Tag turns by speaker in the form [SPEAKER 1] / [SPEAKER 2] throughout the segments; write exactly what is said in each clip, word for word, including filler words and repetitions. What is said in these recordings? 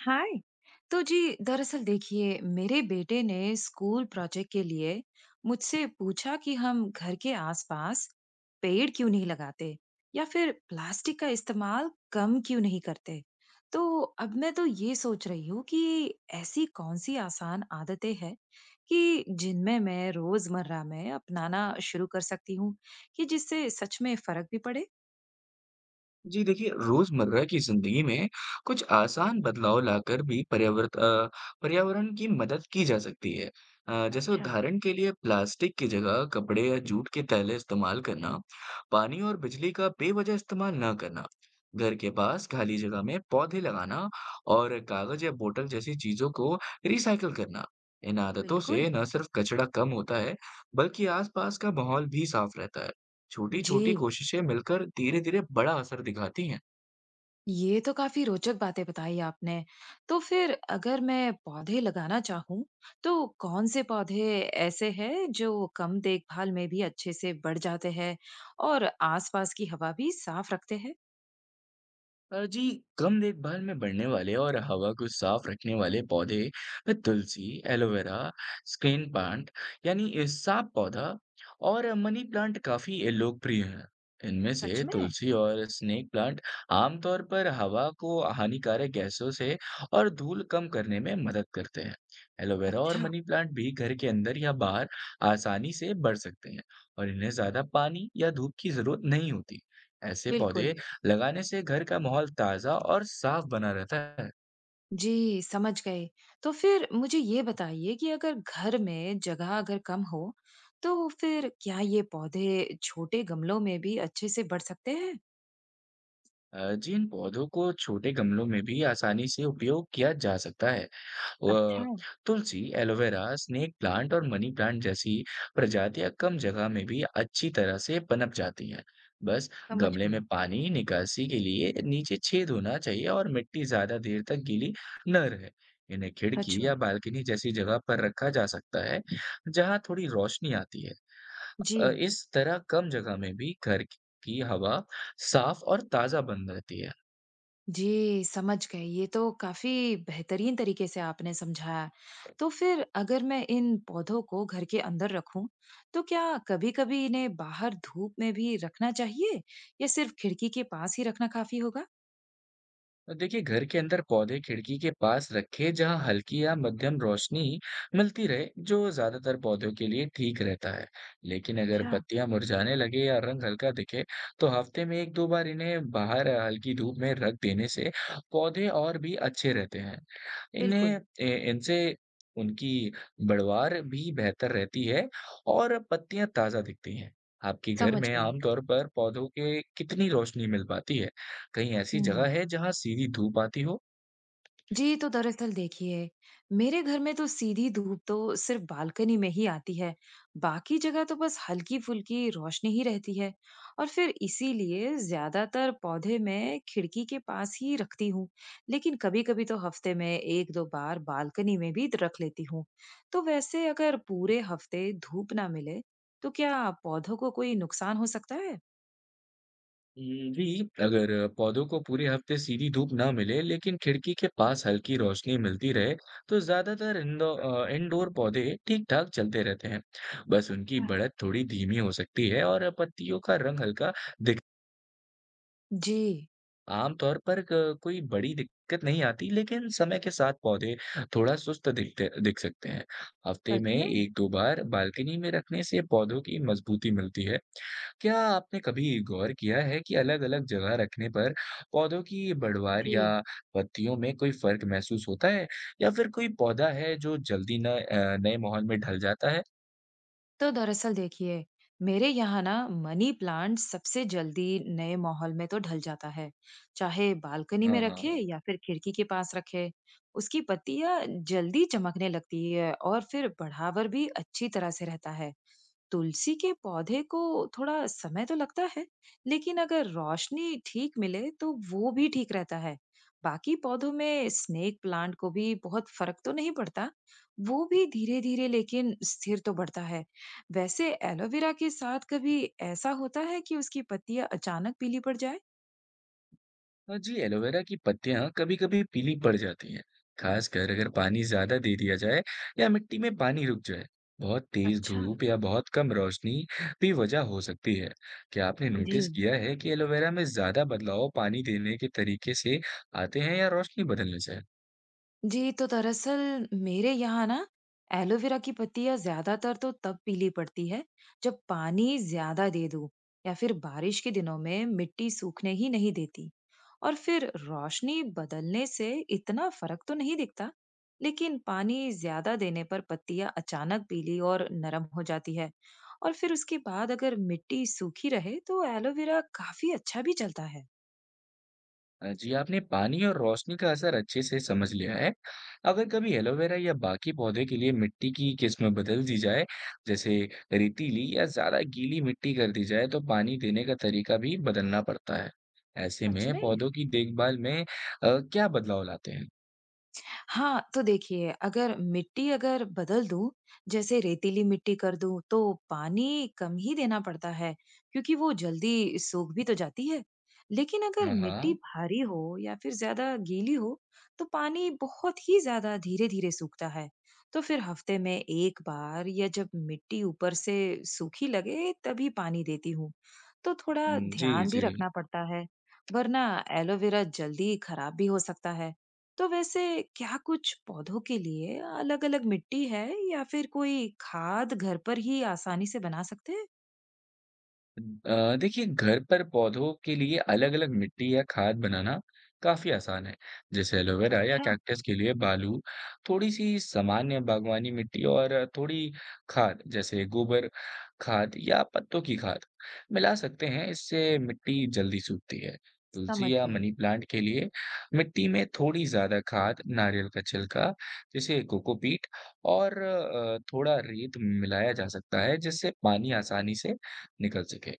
[SPEAKER 1] हाय। तो जी दरअसल देखिए, मेरे बेटे ने स्कूल प्रोजेक्ट के लिए मुझसे पूछा कि हम घर के आसपास पेड़ क्यों नहीं लगाते या फिर प्लास्टिक का इस्तेमाल कम क्यों नहीं करते। तो अब मैं तो ये सोच रही हूँ कि ऐसी कौन सी आसान आदतें हैं कि जिनमें मैं रोजमर्रा में अपनाना शुरू कर सकती हूँ कि जिससे सच में फर्क भी पड़े।
[SPEAKER 2] जी देखिए, रोज़मर्रा की ज़िंदगी में कुछ आसान बदलाव लाकर भी पर्यावर्त अ, पर्यावरण की मदद की जा सकती है। अ, जैसे
[SPEAKER 1] अच्छा।
[SPEAKER 2] उदाहरण के लिए प्लास्टिक की जगह कपड़े या जूट के थैले इस्तेमाल करना, पानी और बिजली का बेवजह इस्तेमाल ना करना, घर के पास खाली जगह में पौधे लगाना और कागज़ या बोतल जैसी चीज़ों को रिसाइकिल करना। इन आदतों से
[SPEAKER 1] बिल्कुल।
[SPEAKER 2] न सिर्फ कचरा कम होता है, बल्कि आसपास का माहौल भी साफ रहता है।
[SPEAKER 1] जी,
[SPEAKER 2] छोटी-छोटी कोशिशें मिलकर धीरे-धीरे बड़ा असर दिखाती हैं।
[SPEAKER 1] ये तो काफी रोचक बातें बताई आपने। तो फिर अगर मैं पौधे लगाना चाहूँ, तो कौन से पौधे ऐसे हैं जो कम देखभाल में भी अच्छे से बढ़ जाते हैं और आसपास की हवा भी साफ रखते हैं?
[SPEAKER 2] अ, जी, कम देखभाल में बढ़ने वाले और हवा को साफ रखने वाले पौधे अ, तुलसी, एलोवेरा, स्क्रीन प्लांट यानी अ, साफ पौधा और अ, मनी प्लांट काफ़ी अ, लोकप्रिय हैं। इनमें
[SPEAKER 1] सच
[SPEAKER 2] से
[SPEAKER 1] में?
[SPEAKER 2] तुलसी और स्नेक प्लांट आमतौर पर हवा को हानिकारक गैसों से और धूल कम करने में मदद करते हैं। एलोवेरा और
[SPEAKER 1] अच्छा।
[SPEAKER 2] मनी प्लांट भी घर के अंदर या बाहर आसानी से बढ़ सकते हैं और इन्हें ज़्यादा पानी या धूप की ज़रूरत नहीं होती। ऐसे पौधे
[SPEAKER 1] बिल्कुल।
[SPEAKER 2] लगाने से घर का माहौल ताज़ा और साफ बना रहता है।
[SPEAKER 1] जी, समझ गए। तो फिर मुझे ये बताइए कि अगर घर में जगह अगर कम हो, तो फिर क्या ये पौधे छोटे गमलों में भी अच्छे से बढ़ सकते हैं?
[SPEAKER 2] अ, जी, इन पौधों को छोटे गमलों में भी आसानी से उपयोग किया जा सकता है।
[SPEAKER 1] अच्छा।
[SPEAKER 2] व तुलसी, एलोवेरा, स्नेक प्लांट और मनी प्लांट जैसी प्रजातियां कम जगह में भी अच्छी तरह से पनप जाती हैं। बस
[SPEAKER 1] समझ
[SPEAKER 2] गमले में
[SPEAKER 1] गई।
[SPEAKER 2] पानी निकासी के लिए नीचे छेद होना चाहिए और मिट्टी ज्यादा देर तक गीली न रहे। इन्हें
[SPEAKER 1] सच
[SPEAKER 2] खिड़की
[SPEAKER 1] में।
[SPEAKER 2] या बालकनी जैसी जगह पर रखा जा सकता है, जहां थोड़ी रोशनी आती है। अ,
[SPEAKER 1] जी।
[SPEAKER 2] इस तरह कम जगह में भी घर की हवा साफ और ताजा बन रहती है।
[SPEAKER 1] जी, समझ गई। ये तो काफ़ी बेहतरीन तरीके से आपने समझाया। तो फिर अगर मैं इन पौधों को घर के अंदर रखूं, तो क्या कभी-कभी इन्हें बाहर धूप में भी रखना चाहिए या सिर्फ खिड़की के पास ही रखना काफ़ी होगा?
[SPEAKER 2] तो देखिए, घर के अंदर पौधे खिड़की के पास रखें, जहां हल्की या मध्यम रोशनी मिलती रहे, जो ज्यादातर पौधों के लिए ठीक रहता है। लेकिन अगर
[SPEAKER 1] अच्छा।
[SPEAKER 2] पत्तियां मुरझाने लगे या रंग हल्का दिखे, तो हफ्ते में एक दो बार इन्हें बाहर अ, हल्की धूप में रख देने से पौधे और भी अच्छे रहते हैं।
[SPEAKER 1] बिल्कुल।
[SPEAKER 2] इन्हें ए- इनसे उनकी बढ़वार भी बेहतर रहती है और पत्तियां ताजा दिखती हैं। आपके घर
[SPEAKER 1] समझ
[SPEAKER 2] में
[SPEAKER 1] गई।
[SPEAKER 2] आमतौर पर पौधों के कितनी रोशनी मिल पाती है? कहीं ऐसी जगह
[SPEAKER 1] हम्म।
[SPEAKER 2] है जहाँ सीधी धूप आती हो?
[SPEAKER 1] जी, तो दरअसल देखिए, मेरे घर में तो सीधी धूप तो सिर्फ बालकनी में ही आती है। बाकी जगह तो बस हल्की-फुल्की रोशनी ही रहती है और फिर इसीलिए ज़्यादातर पौधे मैं खिड़की के पास ही रखती हूँ। लेकिन कभी-कभी तो हफ्ते में एक दो बार बालकनी में भी रख लेती हूँ। तो वैसे अगर पूरे हफ्ते धूप ना मिले, तो क्या पौधों को कोई नुकसान हो सकता है?
[SPEAKER 2] हम्म, जी, अगर पौधों को पूरे हफ्ते सीधी धूप ना मिले, लेकिन खिड़की के पास हल्की रोशनी मिलती रहे, तो ज्यादातर इंडो अ, इंडोर पौधे ठीक-ठाक चलते रहते हैं। बस उनकी
[SPEAKER 1] अच्छा।
[SPEAKER 2] बढ़त थोड़ी धीमी हो सकती है और पत्तियों का रंग हल्का दिख।
[SPEAKER 1] जी।
[SPEAKER 2] आमतौर पर क कोई बड़ी दिक्कत नहीं आती, लेकिन समय के साथ पौधे थोड़ा सुस्त दिखते दिख सकते हैं। हफ्ते
[SPEAKER 1] सच
[SPEAKER 2] में
[SPEAKER 1] में?
[SPEAKER 2] एक दो बार बालकनी में रखने से पौधों की मजबूती मिलती है। क्या आपने कभी गौर किया है कि अलग-अलग जगह रखने पर पौधों की बढ़वार
[SPEAKER 1] जी।
[SPEAKER 2] या पत्तियों में कोई फर्क महसूस होता है? या फिर कोई पौधा है जो जल्दी न अ, नए माहौल में ढल जाता है?
[SPEAKER 1] तो दरअसल देखिए, मेरे यहाँ ना मनी प्लांट सबसे जल्दी नए माहौल में तो ढल जाता है, चाहे बालकनी
[SPEAKER 2] हाँ,
[SPEAKER 1] में
[SPEAKER 2] हाँ।
[SPEAKER 1] रखे
[SPEAKER 2] हाँ।
[SPEAKER 1] या फिर खिड़की के पास रखे। उसकी पत्तियां जल्दी चमकने लगती है और फिर बढ़ावर भी अच्छी तरह से रहता है। तुलसी के पौधे को थोड़ा समय तो लगता है, लेकिन अगर रोशनी ठीक मिले तो वो भी ठीक रहता है। बाकी पौधों में स्नेक प्लांट को भी बहुत फर्क तो नहीं पड़ता, वो भी धीरे-धीरे लेकिन स्थिर तो बढ़ता है। वैसे एलोवेरा के साथ कभी ऐसा होता है कि उसकी पत्तियां अचानक पीली पड़ जाए?
[SPEAKER 2] हाँ जी, एलोवेरा की पत्तियाँ कभी-कभी पीली पड़ जाती हैं, खासकर अगर पानी ज़्यादा दे दिया जाए या मिट्टी में पानी रुक जाए। बहुत तेज़
[SPEAKER 1] अच्छा।
[SPEAKER 2] धूप या बहुत कम रोशनी भी वजह हो सकती है। क्या आपने
[SPEAKER 1] जी।
[SPEAKER 2] नोटिस किया है कि एलोवेरा में ज़्यादा बदलाव पानी देने के तरीके से आते हैं या रोशनी बदलने से?
[SPEAKER 1] जी, तो दरअसल मेरे यहाँ ना एलोवेरा की पत्तियाँ ज़्यादातर तो तब पीली पड़ती है जब पानी ज़्यादा दे दूँ या फिर बारिश के दिनों में मिट्टी सूखने ही नहीं देती। और फिर रोशनी बदलने से इतना फर्क तो नहीं दिखता, लेकिन पानी ज़्यादा देने पर पत्तियाँ अचानक पीली और नरम हो जाती है। और फिर उसके बाद अगर मिट्टी सूखी रहे तो एलोवेरा काफ़ी अच्छा भी चलता है।
[SPEAKER 2] अ, जी, आपने पानी और रोशनी का असर अच्छे से समझ लिया है। अगर कभी एलोवेरा या बाकी पौधे के लिए मिट्टी की किस्म बदल दी जाए, जैसे रेतीली या ज़्यादा गीली मिट्टी कर दी जाए, तो पानी देने का तरीका भी बदलना पड़ता है। ऐसे
[SPEAKER 1] सच
[SPEAKER 2] में
[SPEAKER 1] में।
[SPEAKER 2] पौधों की देखभाल में अ, क्या बदलाव लाते हैं?
[SPEAKER 1] हाँ, तो देखिए अगर मिट्टी अगर बदल दूँ, जैसे रेतीली मिट्टी कर दूँ, तो पानी कम ही देना पड़ता है, क्योंकि वो जल्दी सूख भी तो जाती है। लेकिन अगर
[SPEAKER 2] हाँ,
[SPEAKER 1] मिट्टी
[SPEAKER 2] हाँ।
[SPEAKER 1] भारी हो या फिर ज़्यादा गीली हो, तो पानी बहुत ही ज़्यादा धीरे-धीरे सूखता है। तो फिर हफ्ते में एक बार या जब मिट्टी ऊपर से सूखी लगे, तभी पानी देती हूँ। तो थोड़ा
[SPEAKER 2] हुँ, जी,
[SPEAKER 1] ध्यान भी
[SPEAKER 2] जी।
[SPEAKER 1] रखना पड़ता है, वरना एलोवेरा जल्दी खराब भी हो सकता है। तो वैसे क्या कुछ पौधों के लिए अलग-अलग मिट्टी है या फिर कोई खाद घर पर ही आसानी से बना सकते हैं?
[SPEAKER 2] अ, देखिए, घर पर पौधों के लिए अलग-अलग मिट्टी या खाद बनाना काफ़ी आसान है। जैसे एलोवेरा या
[SPEAKER 1] अच्छा।
[SPEAKER 2] कैक्टस के लिए बालू, थोड़ी-सी सामान्य बागवानी मिट्टी और थोड़ी खाद जैसे गोबर खाद या पत्तों की खाद मिला सकते हैं, इससे मिट्टी जल्दी सूखती है। तुलसी
[SPEAKER 1] समझ
[SPEAKER 2] या
[SPEAKER 1] गई
[SPEAKER 2] मनी प्लांट के लिए मिट्टी में थोड़ी ज़्यादा खाद, नारियल का छिलका जैसे कोकोपीट और अ, थोड़ा रेत मिलाया जा सकता है, जिससे पानी आसानी से निकल सके।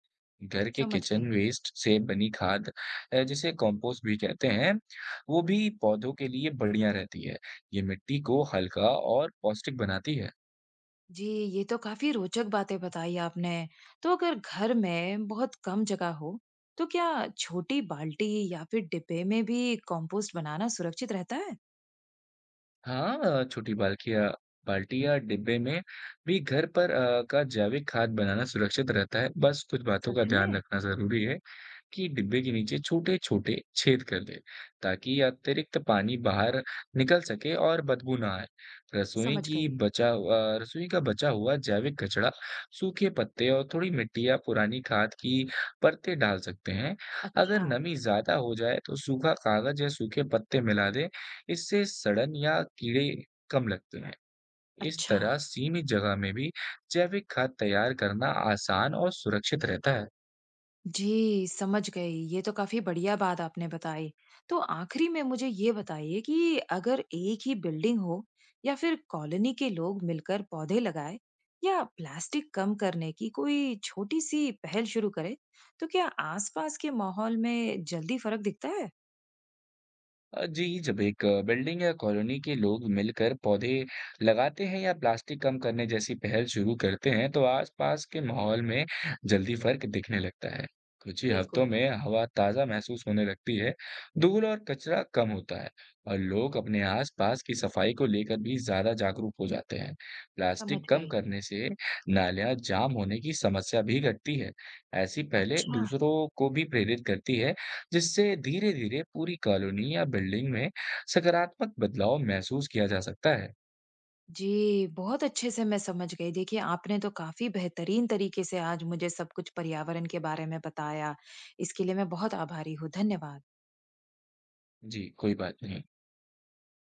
[SPEAKER 2] घर के
[SPEAKER 1] समझ
[SPEAKER 2] किचन
[SPEAKER 1] गई
[SPEAKER 2] वेस्ट से बनी खाद, अ, जिसे कंपोस्ट भी कहते हैं, वो भी पौधों के लिए बढ़िया रहती है। ये मिट्टी को हल्का और पौष्टिक बनाती है।
[SPEAKER 1] जी, ये तो काफी रोचक बातें बताई आपने। तो अगर घर में बहुत कम जगह हो, तो क्या छोटी बाल्टी या फिर डिब्बे में भी कंपोस्ट बनाना सुरक्षित रहता है?
[SPEAKER 2] हाँ, अ, छोटी बाल्टियाँ बाल्टी या डिब्बे में भी घर पर अ, का जैविक खाद बनाना सुरक्षित रहता है। बस कुछ बातों का
[SPEAKER 1] सच
[SPEAKER 2] ध्यान
[SPEAKER 1] में।
[SPEAKER 2] रखना ज़रूरी है। कि डिब्बे के नीचे छोटे-छोटे छेद कर दें, ताकि अतिरिक्त पानी बाहर निकल सके और बदबू ना आए। रसोई
[SPEAKER 1] समझ
[SPEAKER 2] की
[SPEAKER 1] गई।
[SPEAKER 2] बचा अ, रसोई का बचा हुआ जैविक कचरा, सूखे पत्ते और थोड़ी मिट्टी या पुरानी खाद की परतें डाल सकते हैं। अगर
[SPEAKER 1] अच्छा।
[SPEAKER 2] नमी ज़्यादा हो जाए तो सूखा कागज़ या सूखे पत्ते मिला दें, इससे सड़न या कीड़े कम लगते हैं। इस
[SPEAKER 1] अच्छा।
[SPEAKER 2] तरह सीमित जगह में भी जैविक खाद तैयार करना आसान और सुरक्षित रहता है।
[SPEAKER 1] जी, समझ गई। ये तो काफ़ी बढ़िया बात आपने बताई। तो आखिरी में मुझे ये बताइए कि अगर एक ही बिल्डिंग हो या फिर कॉलोनी के लोग मिलकर पौधे लगाएँ या प्लास्टिक कम करने की कोई छोटी-सी पहल शुरू करें, तो क्या आसपास के माहौल में जल्दी फ़र्क दिखता है?
[SPEAKER 2] अ, जी, जब एक अ, बिल्डिंग या कॉलोनी के लोग मिलकर पौधे लगाते हैं या प्लास्टिक कम करने जैसी पहल शुरू करते हैं, तो आसपास के माहौल में जल्दी फर्क दिखने लगता है। कुछ ही हफ्तों
[SPEAKER 1] बिल्कुल।
[SPEAKER 2] में हवा ताज़ा महसूस होने लगती है, धूल और कचरा कम होता है और लोग अपने आसपास की सफाई को लेकर भी ज़्यादा जागरूक हो जाते हैं।
[SPEAKER 1] समझ
[SPEAKER 2] प्लास्टिक कम
[SPEAKER 1] गई।
[SPEAKER 2] करने से नालियाँ जाम होने की समस्या भी घटती है। ऐसी पहलें
[SPEAKER 1] अच्छा।
[SPEAKER 2] दूसरों को भी प्रेरित करती है, जिससे धीरे धीरे पूरी कॉलोनी या बिल्डिंग में सकारात्मक बदलाव महसूस किया जा सकता है।
[SPEAKER 1] जी, बहुत अच्छे से मैं समझ गई। देखिए, आपने तो काफ़ी बेहतरीन तरीके से आज मुझे सब कुछ पर्यावरण के बारे में बताया। इसके लिए मैं बहुत आभारी हूँ। धन्यवाद।
[SPEAKER 2] जी, कोई बात नहीं।